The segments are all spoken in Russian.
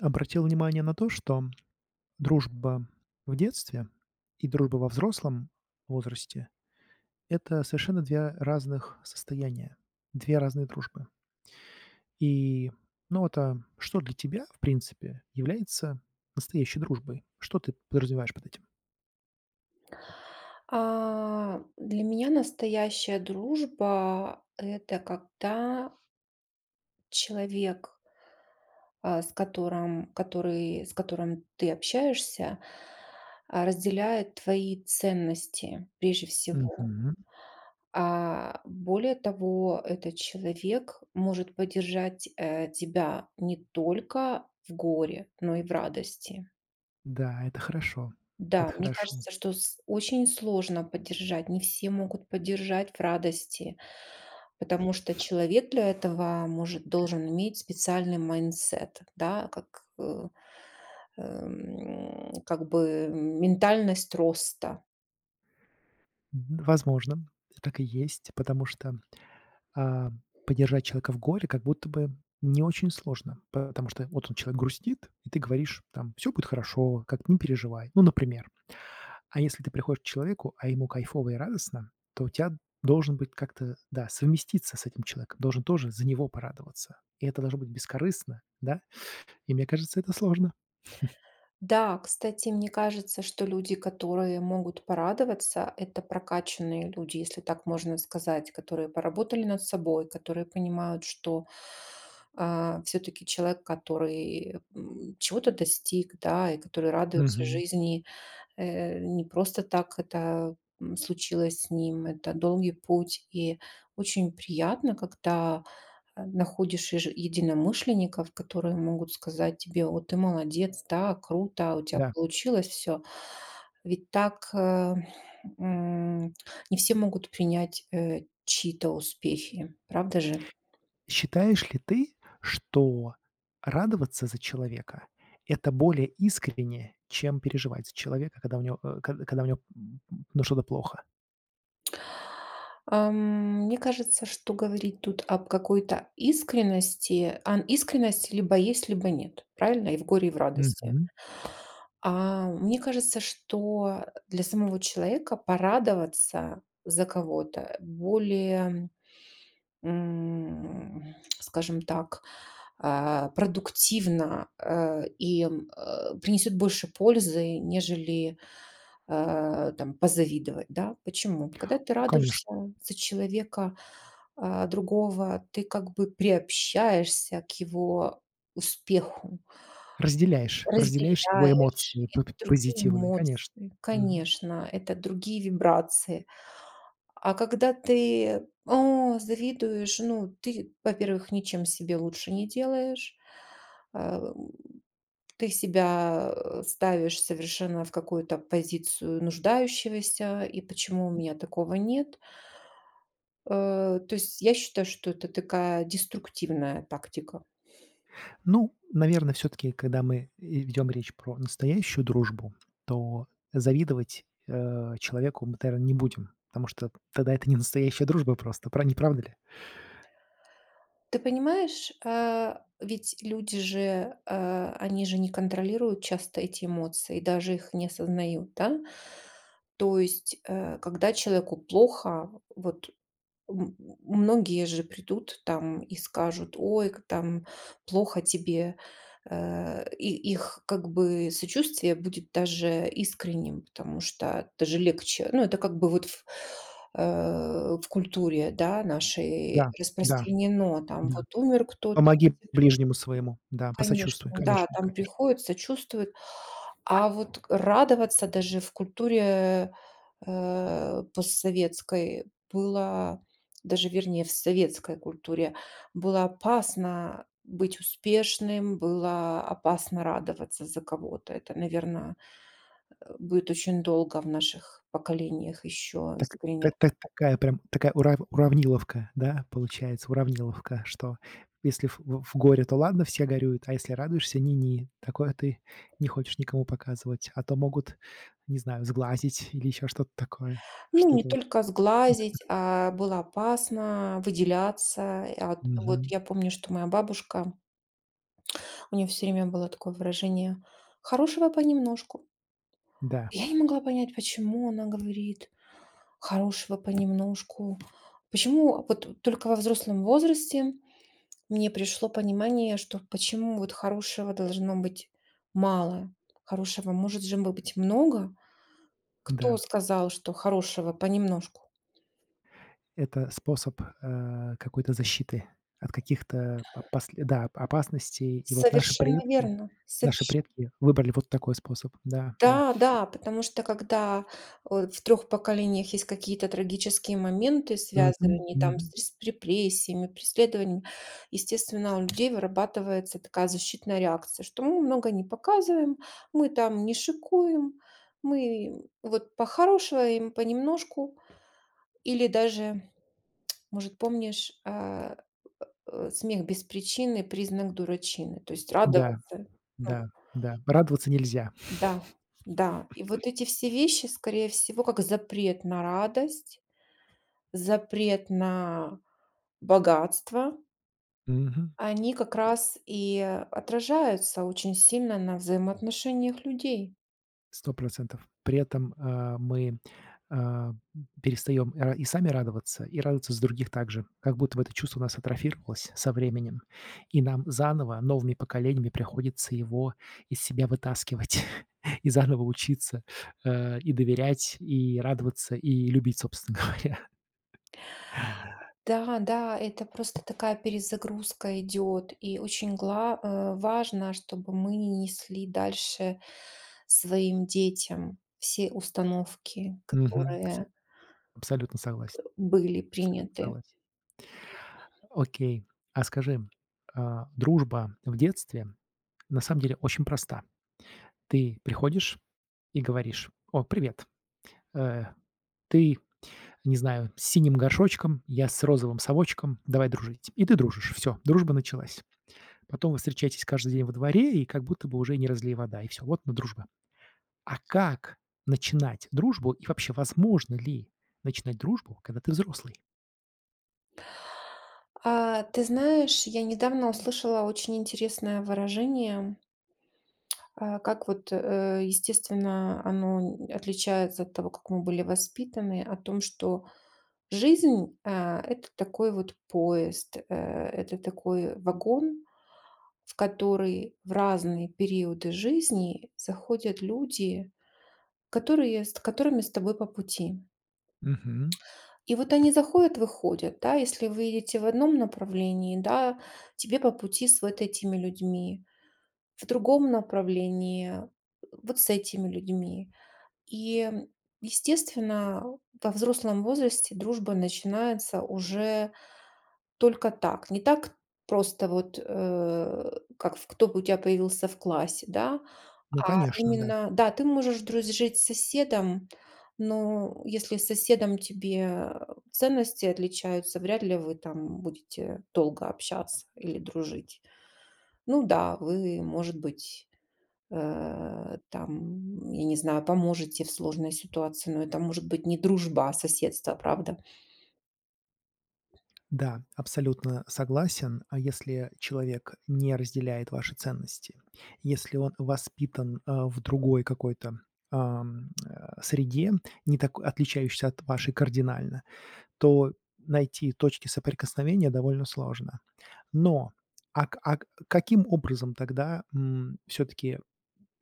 Обратил внимание на то, что дружба в детстве и дружба во взрослом возрасте — это совершенно 2 разных состояния, 2 разные дружбы. И, ну, вот, а что для тебя, в принципе, является настоящей дружбой? Что ты подразумеваешь под этим? Для меня настоящая дружба- это когда человек, с которым ты общаешься, разделяет твои ценности прежде всего. Мгм. Более того, этот человек может поддержать, тебя не только в горе, но и в радости. Да, это хорошо. Это Да, мне хорошо. кажется, что с очень сложно поддержать. Не все могут поддержать в радости, потому что человек для этого может должен иметь специальный майндсет, да, как бы ментальность роста. Возможно, так и есть, потому что а, поддержать человека в горе как будто бы не очень сложно, потому что вот он, человек грустит, и ты говоришь там: все будет хорошо, как не переживай". Ну, например. А если ты приходишь к человеку, а ему кайфово и радостно, то у тебя должен быть как-то, да, совместиться с этим человеком, должен тоже за него порадоваться. И это должно быть бескорыстно, да. И мне кажется, это сложно. Да, кстати, мне кажется, что люди, которые могут порадоваться, это прокачанные люди, если так можно сказать, которые поработали над собой, которые понимают, что все-таки человек, который чего-то достиг, да, и который радуется Мгм. жизни, не просто так это случилось с ним, это долгий путь, и очень приятно, когда находишь еж единомышленников, которые могут сказать тебе: "О, ты молодец, да, круто, у тебя Да. получилось все". Ведь так, м, не все могут принять, чьи-то успехи, правда же? Считаешь ли ты, что радоваться за человека — это более искренне, чем переживать за человека, когда у него, когда у него, ну, что-то плохо? Мне кажется, что говорить тут об какой-то искренности, ан искренность либо есть, либо нет, правильно? И в горе, и в радости. Мгм. Мне кажется, что для самого человека порадоваться за кого-то более скажем так, продуктивно, и, принесет больше пользы, нежели, там позавидовать, да. Почему? Когда ты радуешься Конечно. за человека, другого, ты как бы приобщаешься к его успеху, Разделяешь его разделяешь. эмоции п п Это другие позитивные, конечно. эмоции, Мгм. конечно, это другие вибрации. А когда ты, завидуешь, ну, ты, во-первых, ничем себе лучше не делаешь, а, м, ты себя ставишь совершенно в какую-то позицию нуждающегося, и почему у меня такого нет. То есть я считаю, что это такая деструктивная тактика. Ну, наверное, все таки когда мы, ведем речь про настоящую дружбу, то завидовать, человеку мы, наверное, не будем, потому что тогда это не настоящая дружба просто, пра не правда ли? Ты понимаешь, ведь люди же, они же не контролируют часто эти эмоции, даже их не осознают, да? То есть, когда человеку плохо, вот, М, многие же придут там и скажут: "Ой, к там плохо тебе". И их как бы сочувствие будет даже искренним, потому что даже легче. Ну, это как бы вот в культуре, да, нашей Да, да, распространено. Там да. вот умер кто-то, Помоги ближнему своему, да, конечно, посочувствуй, да, конечно, там конечно. приходят, сочувствуют. А вот радоваться даже в культуре, постсоветской было, даже вернее в советской культуре, было опасно быть успешным, было опасно радоваться за кого-то. Это, наверное, будет очень долго в наших поколениях еще Так, искореня. та та такая прям такая уравниловка, да, получается, уравниловка, что если в горе, то ладно, все горюют, а если радуешься, ни-ни. Такое ты не хочешь никому показывать, а то могут, не знаю, сглазить или еще что-то такое. Ну, не Что-то вот. только сглазить, а было опасно выделяться. А, вот Мгм. я помню, что моя бабушка. У нее все время было такое выражение «хорошего понемножку». Да, Я не могла понять, почему она говорит «хорошего понемножку». Почему вот только во взрослом возрасте мне пришло понимание, что почему вот хорошего должно быть мало, хорошего может же быть много. Кто да. сказал, что хорошего понемножку? Это способ, какой-то защиты от каких-то по да, опасностей. И вот Совершенно верно, наши совершенно. предки выбрали вот такой способ. Да, да. Да, да, потому что когда, в трех поколениях есть какие-то трагические моменты, Мгм, связанные там мгм. с рес репрессиями, преследованиями, естественно, у людей вырабатывается такая защитная реакция, что мы много не показываем, мы там не шикуем, мы вот похорошиваем понемножку. Или даже, может, помнишь, смех без причины- признак дурачины. То есть Да, радоваться, ну да, да. Радоваться нельзя. да, да. И вот эти все вещи, скорее всего, как запрет на радость, запрет на богатство, Мгм. они как раз и отражаются очень сильно на взаимоотношениях людей. Сто процентов. При этом, мы, а, перестаем и сами радоваться, и радоваться с других также. Как будто бы это чувство у нас атрофировалось со временем, и нам заново, новыми поколениями приходится его из себя вытаскивать и заново учиться, и доверять, и радоваться, и любить, собственно говоря. Да, да, это просто такая перезагрузка идет, и очень важно, чтобы мы не несли дальше своим детям все установки, Мгм. С которые Абсолютно согласен, были абсолютно приняты. согласен. Окей. А скажи, дружба в детстве на самом деле очень проста. Ты приходишь и говоришь: "О, привет, э, ты, не знаю, с синим горшочком, я с розовым совочком, давай дружить". И ты дружишь. Все, дружба началась. Потом вы встречаетесь каждый день во дворе, и как будто бы уже не разлей вода, и все. Вот она дружба. А как начинать дружбу и вообще возможно ли начинать дружбу, когда ты взрослый? Ты знаешь, я недавно услышала очень интересное выражение. А как вот, естественно, оно н отличается от того, как мы были воспитаны, о том, что жизнь, это такой вот поезд, это такой вагон, в который в разные периоды жизни заходят люди, которые с которыми с тобой по пути. Мгм. И вот они заходят, выходят, да. Если вы едете в одном направлении, да, тебе по пути с вот этими людьми, в другом направлении вот с этими людьми. И, естественно, во взрослом возрасте дружба начинается уже только так. Не так просто вот, как в кто бы у тебя появился в классе, да, Ну, а конечно, да. именно, да, ты можешь дружить с соседом, но если с соседом тебе ценности отличаются, вряд ли вы там будете долго общаться или дружить. Ну да, вы, может быть, там, я не знаю, поможете в сложной ситуации, но это может быть не дружба, а соседство, правда? Да, абсолютно согласен. А если человек не разделяет ваши ценности, если он воспитан в другой какой-то среде, не так отличающейся от вашей кардинально, то найти точки соприкосновения довольно сложно. Но каким образом тогда все-таки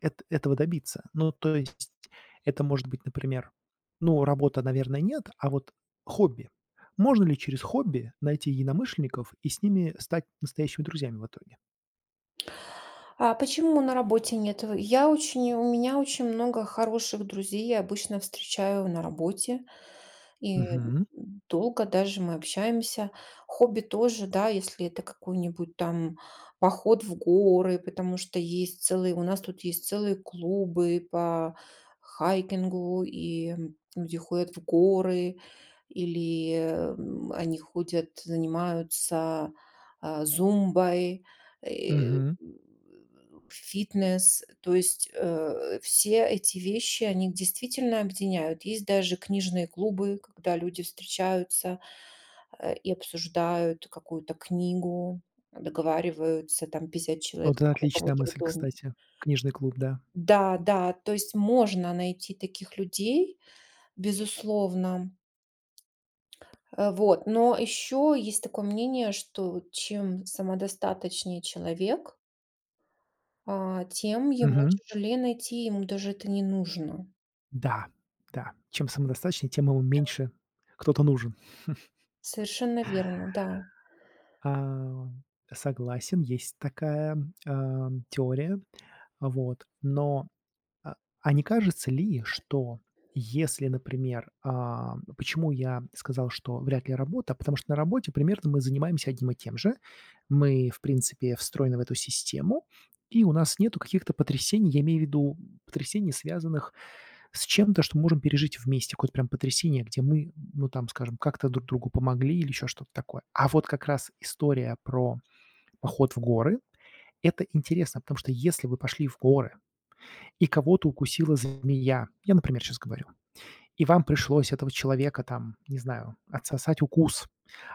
эт этого добиться. Ну, то есть это может быть, например, ну, работа, наверное, нет, а вот хобби. Можно ли через хобби найти единомышленников и с ними стать настоящими друзьями в итоге? А почему на работе нет? У меня очень много хороших друзей, я обычно встречаю на работе, и Мгм, долго даже мы общаемся. Хобби тоже, да, если это какой-нибудь там поход в горы, потому что у нас тут есть целые клубы по хайкингу, и люди ходят в горы, или они ходят, занимаются зумбой, э, мгм. фитнес. То есть, все эти вещи, они действительно объединяют. Есть даже книжные клубы, когда люди встречаются, и обсуждают какую-то книгу, договариваются, там 50 человек Вот это у отличная кого-то в мысль, доме. кстати. Книжный клуб, да. Да, да, то есть можно найти таких людей, безусловно. Вот, но еще есть такое мнение, что вот чем самодостаточнее человек тем ему Мгм. тяжелее найти, ему даже это не нужно. Да, да. Чем самодостаточнее, тем ему меньше кто-то нужен. Совершенно верно, да. А, согласен, есть такая, теория. Вот, А а не кажется ли, что если, например, почему я сказал, что вряд ли работа, потому что на работе примерно мы занимаемся одним и тем же. Мы, в принципе, встроены в эту систему, и у нас нету каких-то потрясений, я имею в виду потрясений, связанных с чем-то, что мы можем пережить вместе, какое-то прям потрясение, где мы, ну, там, скажем, как-то друг другу помогли или еще что-то такое. А вот как раз история про поход в горы — это интересно, потому что если вы пошли в горы и кого-то укусила змея. Я, например, сейчас говорю. И вам пришлось этого человека там, не знаю, отсосать укус,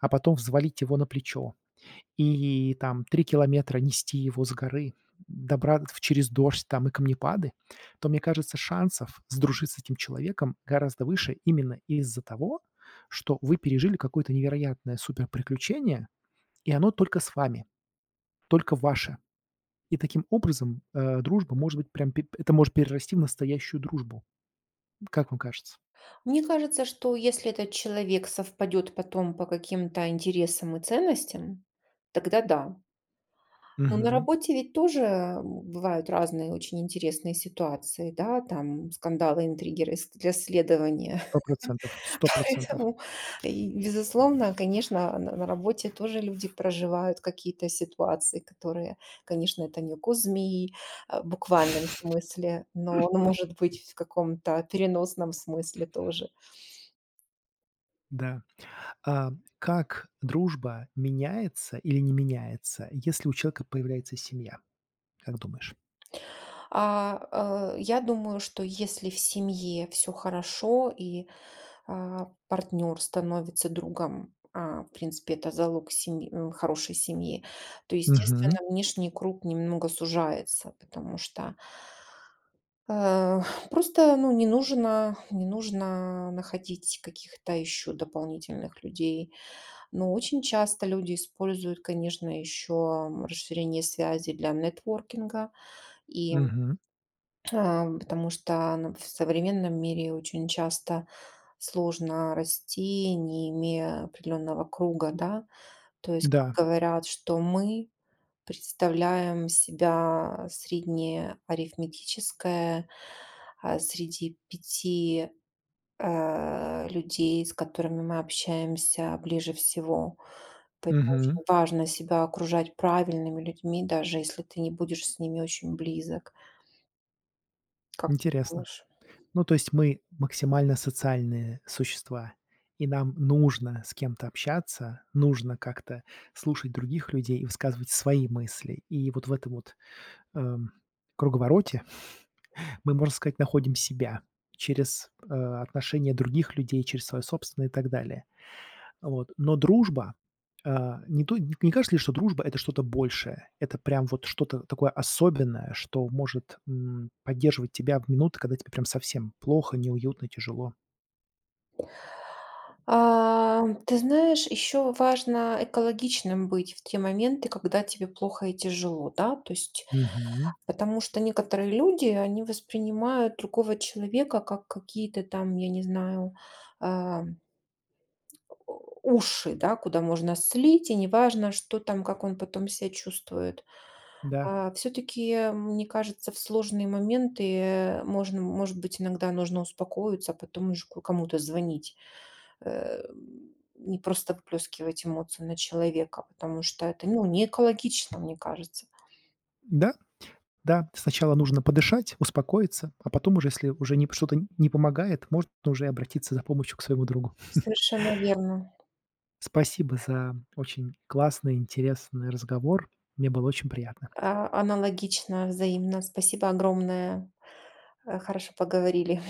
а потом взвалить его на плечо и там три километра нести его с горы, добра через дождь там и камнепады, то, мне кажется, шансов сдружиться с этим человеком гораздо выше именно из-за того, что вы пережили какое-то невероятное суперприключение, и оно только с вами, только ваше. И таким образом, дружба может быть прям пе это может перерасти в настоящую дружбу. Как вам кажется? Мне кажется, что если этот человек совпадет потом по каким-то интересам и ценностям, тогда да. Но на Мгм. работе ведь тоже бывают разные очень интересные ситуации, да, там скандалы, интриги для следования. 100 процентов. Сто процентов, Поэтому, и, безусловно, конечно, на работе тоже люди проживают какие-то ситуации, которые, конечно, это не укус змеи, в буквальном смысле, но он может быть в каком-то переносном смысле тоже. да. А как дружба меняется или не меняется, если у человека появляется семья? Как думаешь? Я думаю, что если в семье все хорошо и, партнер становится другом, в принципе, это залог хорошей семьи, то, Мгм, естественно, внешний круг немного сужается, потому что Э, просто, ну, не нужно находить каких-то еще дополнительных людей. Но очень часто люди используют, конечно, еще расширение связи для нетворкинга. И, мгм. Потому что ну, в современном мире очень часто сложно расти, не имея определенного круга, да. То есть, Да, как говорят, что мы представляем себя среднеарифметическое среди пяти людей, с которыми мы общаемся ближе всего. Поэтому очень мгм. важно себя окружать правильными людьми, даже если ты не будешь с ними очень близок. Как ты Интересно. думаешь? Ну, то есть мы максимально социальные существа, и нам нужно с кем-то общаться, нужно как-то слушать других людей и высказывать свои мысли. И вот в этом вот, эм, круговороте мы, можно сказать, находим себя через, отношения других людей, через свое собственное и так далее. Вот. Но дружба, не то не не кажется ли, что дружба — это что-то большее? Это прям вот что-то такое особенное, что может, поддерживать тебя в минуты, когда тебе прям совсем плохо, неуютно, тяжело. Ты знаешь, еще важно экологичным быть в те моменты, когда тебе плохо и тяжело, да, то есть, Мгм. потому что некоторые люди, они воспринимают другого человека как какие-то там, я не знаю, а, уши, да, куда можно слить, и неважно, что там, как он потом себя чувствует. Да. Все-таки, мне кажется, в сложные моменты можно, может быть, иногда нужно успокоиться, а потом уже кому-то звонить э, не просто выплескивать эмоции на человека, потому что это, ну, не экологично, мне кажется. Да, да. Сначала нужно подышать, успокоиться, а потом уже, если уже не что-то не помогает, можно уже обратиться за помощью к своему другу. Совершенно верно. Спасибо за очень классный, интересный разговор. Мне было очень приятно. Аналогично, взаимно. Спасибо огромное. Хорошо поговорили.